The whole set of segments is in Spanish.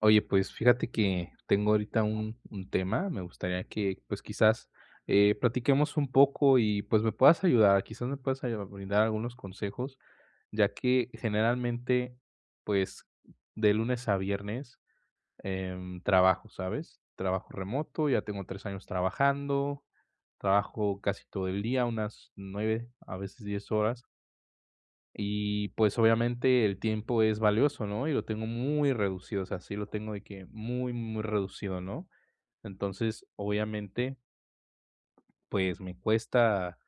Oye, pues fíjate que tengo ahorita un tema. Me gustaría que, pues, quizás platiquemos un poco y pues me puedas ayudar, quizás me puedas brindar algunos consejos, ya que generalmente, pues, de lunes a viernes trabajo, ¿sabes? Trabajo remoto, ya tengo 3 años trabajando, trabajo casi todo el día, unas 9, a veces 10 horas. Y, pues, obviamente el tiempo es valioso, ¿no? Y lo tengo muy reducido, o sea, sí lo tengo de que muy, muy reducido, ¿no? Entonces, obviamente, pues, me cuesta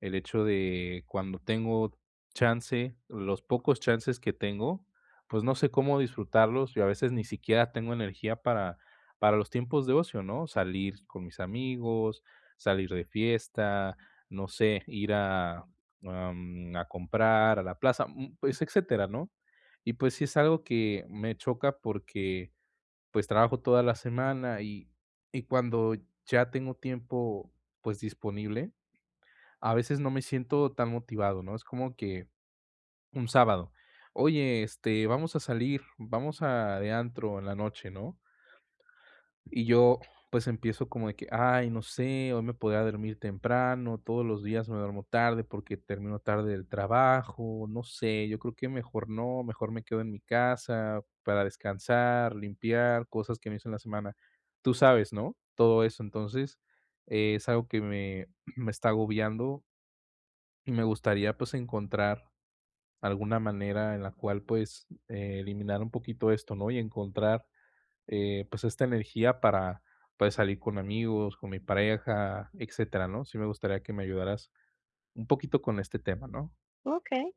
el hecho de cuando tengo chance, los pocos chances que tengo, pues, no sé cómo disfrutarlos, y a veces ni siquiera tengo energía para los tiempos de ocio, ¿no? Salir con mis amigos, salir de fiesta, no sé, a comprar a la plaza, pues, etcétera, ¿no? Y, pues, sí es algo que me choca porque, pues, trabajo toda la semana y cuando ya tengo tiempo, pues, disponible, a veces no me siento tan motivado, ¿no? Es como que un sábado, oye, este, vamos a salir, vamos a de antro en la noche, ¿no? Y yo, pues empiezo como de que, ay, no sé, hoy me podría dormir temprano, todos los días me duermo tarde porque termino tarde del trabajo, no sé, yo creo que mejor no, mejor me quedo en mi casa para descansar, limpiar, cosas que no hice en la semana. Tú sabes, ¿no? Todo eso. Entonces, es algo que me está agobiando y me gustaría, pues, encontrar alguna manera en la cual, pues, eliminar un poquito esto, ¿no? Y encontrar, pues, esta energía para, pues, salir con amigos, con mi pareja, etcétera, ¿no? Sí me gustaría que me ayudaras un poquito con este tema, ¿no? Okey.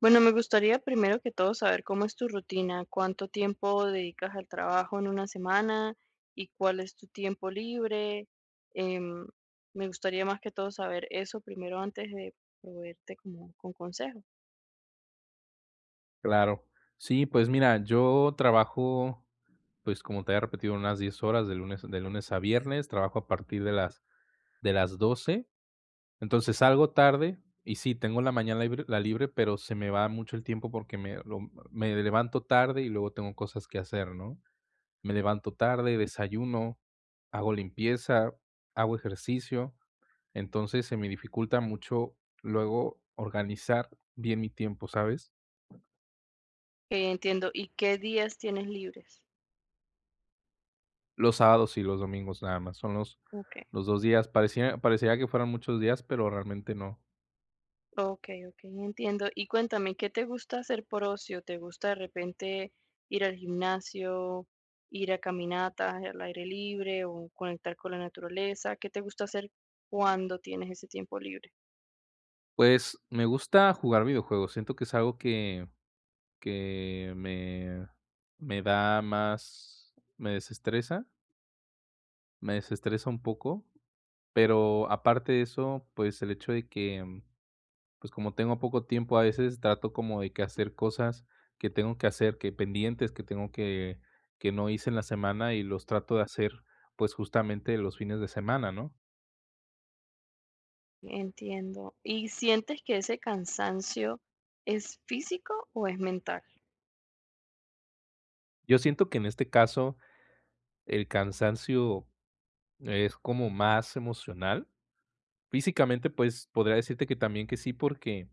Bueno, me gustaría primero que todo saber cómo es tu rutina, cuánto tiempo dedicas al trabajo en una semana y cuál es tu tiempo libre. Em, Me gustaría más que todo saber eso primero antes de proveerte como con consejo, Claro. Sí, pues mira, yo trabajo, pues como te había repetido, unas 10 horas de lunes a viernes, trabajo a partir de de las 12:00. Entonces salgo tarde y sí, tengo la mañana libre, la libre, pero se me va mucho el tiempo porque me levanto tarde y luego tengo cosas que hacer, ¿no? Me levanto tarde, desayuno, hago limpieza, hago ejercicio, entonces se me dificulta mucho luego organizar bien mi tiempo, ¿sabes? que entiendo. ¿Y qué días tienes libres? Los sábados y los domingos nada más, son Okey. los 2 días, parecería que fueran muchos días, pero realmente no. Okey, okey, entiendo. Y cuéntame, ¿qué te gusta hacer por ocio? ¿Te gusta de repente ir al gimnasio, ir a caminatas al aire libre o conectar con la naturaleza? ¿Qué te gusta hacer cuando tienes ese tiempo libre? Pues me gusta jugar videojuegos, siento que es algo que me da más, me desestresa un poco, pero aparte de eso, pues el hecho de que, pues como tengo poco tiempo a veces, trato como de que hacer cosas que tengo que hacer, que pendientes que tengo que no hice en la semana y los trato de hacer pues justamente los fines de semana, ¿no? Entiendo. ¿Y sientes que ese cansancio es físico o es mental? Yo siento que en este caso el cansancio es como más emocional. Físicamente, pues podría decirte que también que sí, porque,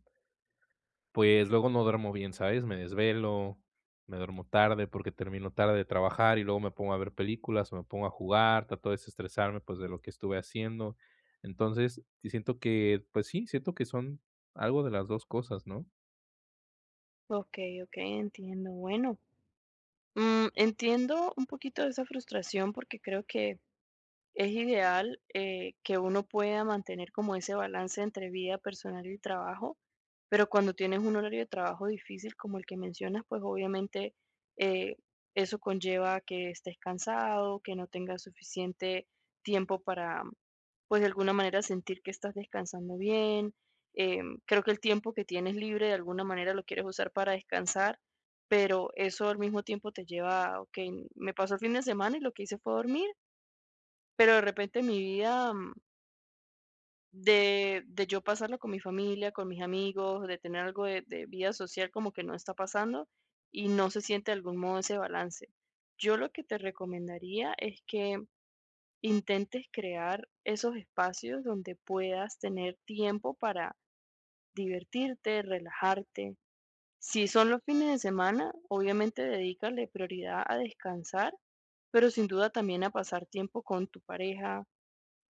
pues, luego no duermo bien, ¿sabes? Me desvelo, me duermo tarde porque termino tarde de trabajar y luego me pongo a ver películas o me pongo a jugar, trato de desestresarme, pues, de lo que estuve haciendo. Entonces, sí siento que, pues sí, siento que son algo de las dos cosas, ¿no? Okey, okey, entiendo. Bueno, entiendo un poquito de esa frustración porque creo que es ideal, que uno pueda mantener como ese balance entre vida personal y trabajo, pero cuando tienes un horario de trabajo difícil como el que mencionas, pues obviamente, eh, eso conlleva que estés cansado, que no tengas suficiente tiempo para, pues, de alguna manera sentir que estás descansando bien. Creo que el tiempo que tienes libre de alguna manera lo quieres usar para descansar, pero eso al mismo tiempo te lleva a, ok, me pasó el fin de semana y lo que hice fue dormir, pero de repente mi vida, de yo pasarla con mi familia, con mis amigos, de tener algo de vida social, como que no está pasando, y no se siente de algún modo ese balance. Yo lo que te recomendaría es que intentes crear esos espacios donde puedas tener tiempo para divertirte, relajarte. Si son los fines de semana, obviamente dedícale prioridad a descansar, pero sin duda también a pasar tiempo con tu pareja,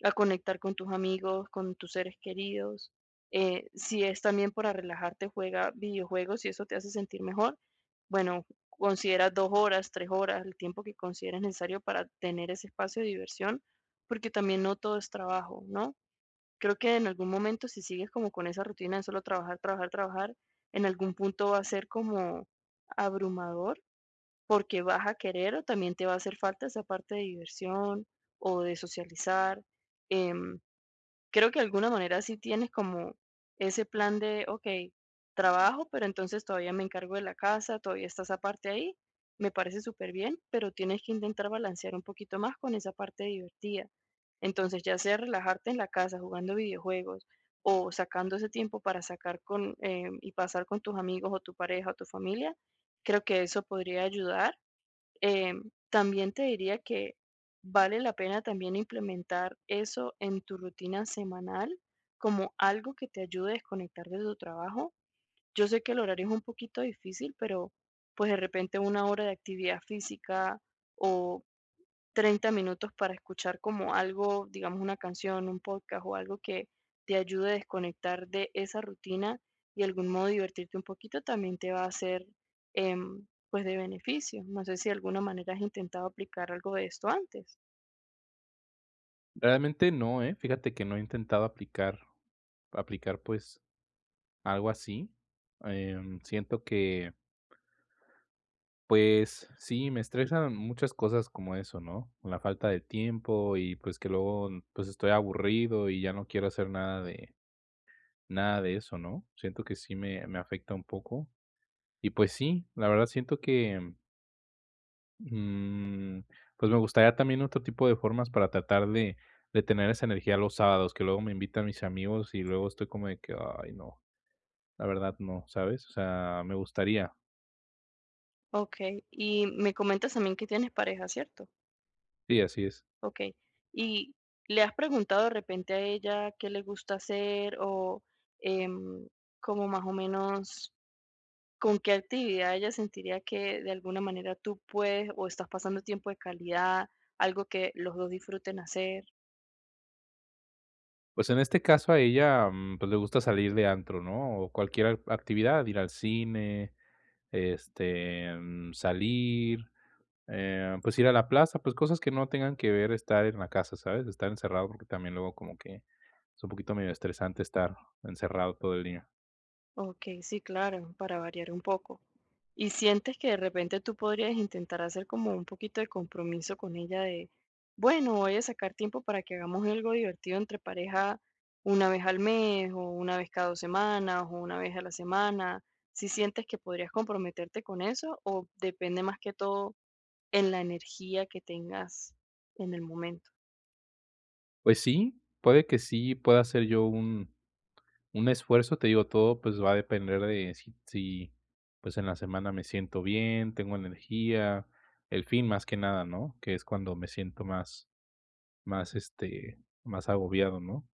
a conectar con tus amigos, con tus seres queridos. Si es también para relajarte, juega videojuegos si eso te hace sentir mejor. Bueno, considera 2 horas, 3 horas, el tiempo que consideres necesario para tener ese espacio de diversión, porque también no todo es trabajo, ¿no? Creo que en algún momento, si sigues como con esa rutina de solo trabajar, trabajar, trabajar, en algún punto va a ser como abrumador, porque vas a querer o también te va a hacer falta esa parte de diversión o de socializar. em, Creo que de alguna manera sí tienes como ese plan de, ok, trabajo, pero entonces todavía me encargo de la casa, todavía está esa parte ahí, me parece súper bien, pero tienes que intentar balancear un poquito más con esa parte divertida. Entonces, ya sea relajarte en la casa jugando videojuegos o sacando ese tiempo para sacar con y pasar con tus amigos o tu pareja o tu familia, creo que eso podría ayudar. Em, También te diría que vale la pena también implementar eso en tu rutina semanal como algo que te ayude a desconectar de tu trabajo. Yo sé que el horario es un poquito difícil, pero pues de repente 1 hora de actividad física o 30 minutos para escuchar como algo, digamos, una canción, un podcast o algo que te ayude a desconectar de esa rutina y de algún modo divertirte un poquito también te va a ser, pues, de beneficio. No sé si de alguna manera has intentado aplicar algo de esto antes. Realmente no, ¿eh? Fíjate que no he intentado aplicar pues, algo así. Siento que, pues sí, me estresan muchas cosas como eso, ¿no? La falta de tiempo y pues que luego, pues estoy aburrido y ya no quiero hacer nada de nada de eso, ¿no? Siento que sí me afecta un poco. Y pues sí, la verdad siento que, mm, pues me gustaría también otro tipo de formas para tratar de tener esa energía los sábados, que luego me invitan mis amigos y luego estoy como de que, ay, no, la verdad no, ¿sabes? O sea, me gustaría. Ok, y me comentas también que tienes pareja, ¿cierto? Sí, así es. Ok, y ¿le has preguntado de repente a ella qué le gusta hacer o, em, como más o menos, con qué actividad ella sentiría que de alguna manera tú puedes o estás pasando tiempo de calidad, algo que los dos disfruten hacer? Pues en este caso a ella, pues le gusta salir de antro, ¿no? O cualquier ac actividad, ir al cine, este, salir, pues ir a la plaza, pues cosas que no tengan que ver estar en la casa, ¿sabes? Estar encerrado, porque también luego como que es un poquito medio estresante estar encerrado todo el día. Ok, sí, claro, para variar un poco. ¿Y sientes que de repente tú podrías intentar hacer como un poquito de compromiso con ella de, bueno, voy a sacar tiempo para que hagamos algo divertido entre pareja una vez al mes o una vez cada dos semanas o una vez a la semana? Si sientes que podrías comprometerte con eso o depende más que todo en la energía que tengas en el momento. Pues sí, puede que sí pueda ser yo un esfuerzo, te digo, todo, pues, va a depender de si, pues, en la semana me siento bien, tengo energía, el fin más que nada, ¿no? Que es cuando me siento más más, este, más agobiado, ¿no?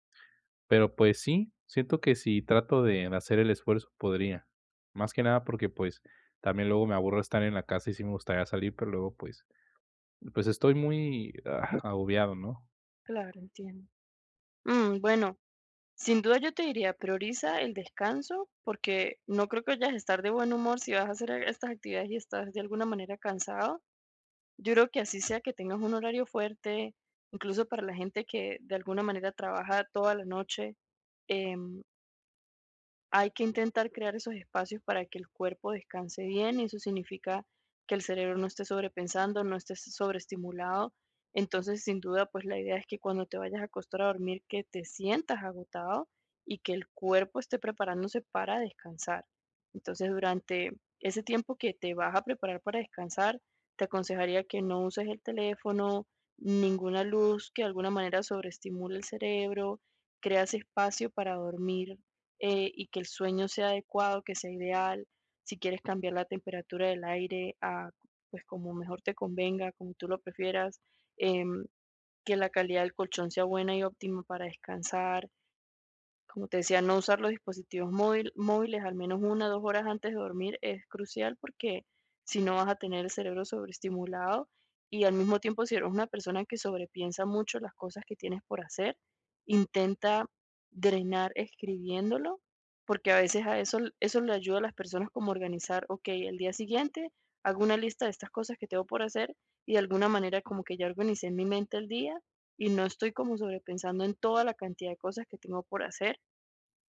Pero, pues sí, siento que si trato de hacer el esfuerzo podría. Más que nada porque, pues, también luego me aburro estar en la casa y sí me gustaría salir, pero luego, pues pues, estoy muy, agobiado, ¿no? Claro, entiendo. Bueno, sin duda yo te diría, prioriza el descanso, porque no creo que vayas a estar de buen humor si vas a hacer estas actividades y estás de alguna manera cansado. Yo creo que así sea que tengas un horario fuerte, incluso para la gente que de alguna manera trabaja toda la noche, em, hay que intentar crear esos espacios para que el cuerpo descanse bien y eso significa que el cerebro no esté sobrepensando, no esté sobreestimulado. Entonces, sin duda, pues la idea es que cuando te vayas a acostar a dormir, que te sientas agotado y que el cuerpo esté preparándose para descansar. Entonces, durante ese tiempo que te vas a preparar para descansar, te aconsejaría que no uses el teléfono, ninguna luz que de alguna manera sobreestimule el cerebro, creas espacio para dormir, y que el sueño sea adecuado, que sea ideal. Si quieres cambiar la temperatura del aire a, pues, como mejor te convenga, como tú lo prefieras, em, que la calidad del colchón sea buena y óptima para descansar. Como te decía, no usar los dispositivos móviles al menos una o dos horas antes de dormir es crucial, porque si no, vas a tener el cerebro sobreestimulado y, al mismo tiempo, si eres una persona que sobrepiensa mucho las cosas que tienes por hacer, intenta drenar escribiéndolo, porque a veces a eso le ayuda a las personas como organizar, ok, el día siguiente hago una lista de estas cosas que tengo por hacer y de alguna manera como que ya organicé en mi mente el día y no estoy como sobrepensando en toda la cantidad de cosas que tengo por hacer.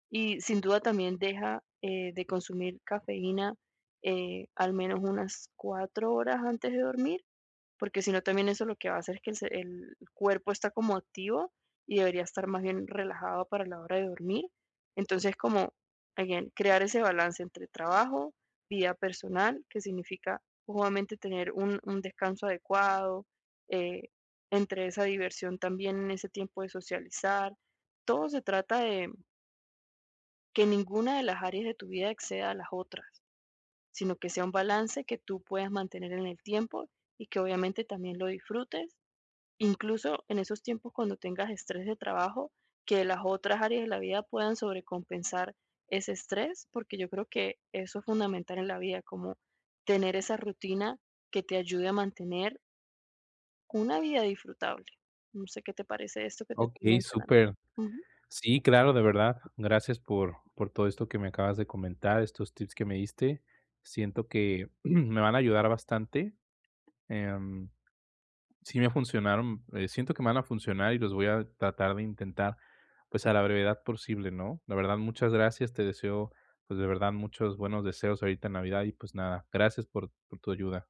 Y sin duda también deja, de consumir cafeína, al menos unas 4 horas antes de dormir, porque si no, también eso lo que va a hacer es que el ce el cuerpo está como activo y debería estar más bien relajado para la hora de dormir. Entonces, como, again, crear ese balance entre trabajo, vida personal, que significa obviamente tener un descanso adecuado, eh, entre esa diversión también en ese tiempo de socializar. Todo se trata de que ninguna de las áreas de tu vida exceda a las otras, sino que sea un balance que tú puedas mantener en el tiempo y que obviamente también lo disfrutes, incluso en esos tiempos cuando tengas estrés de trabajo, que las otras áreas de la vida puedan sobrecompensar ese estrés, porque yo creo que eso es fundamental en la vida, como tener esa rutina que te ayude a mantener una vida disfrutable. No sé qué te parece esto que te estoy Okey, mencionando. súper. Ujú. Sí, claro, de verdad. Gracias por todo esto que me acabas de comentar, estos tips que me diste. Siento que me van a ayudar bastante. em, sí me funcionaron, siento que me van a funcionar y los voy a tratar de intentar pues a la brevedad posible, ¿no? La verdad, muchas gracias. Te deseo pues de verdad muchos buenos deseos ahorita en Navidad y pues nada, gracias por tu ayuda.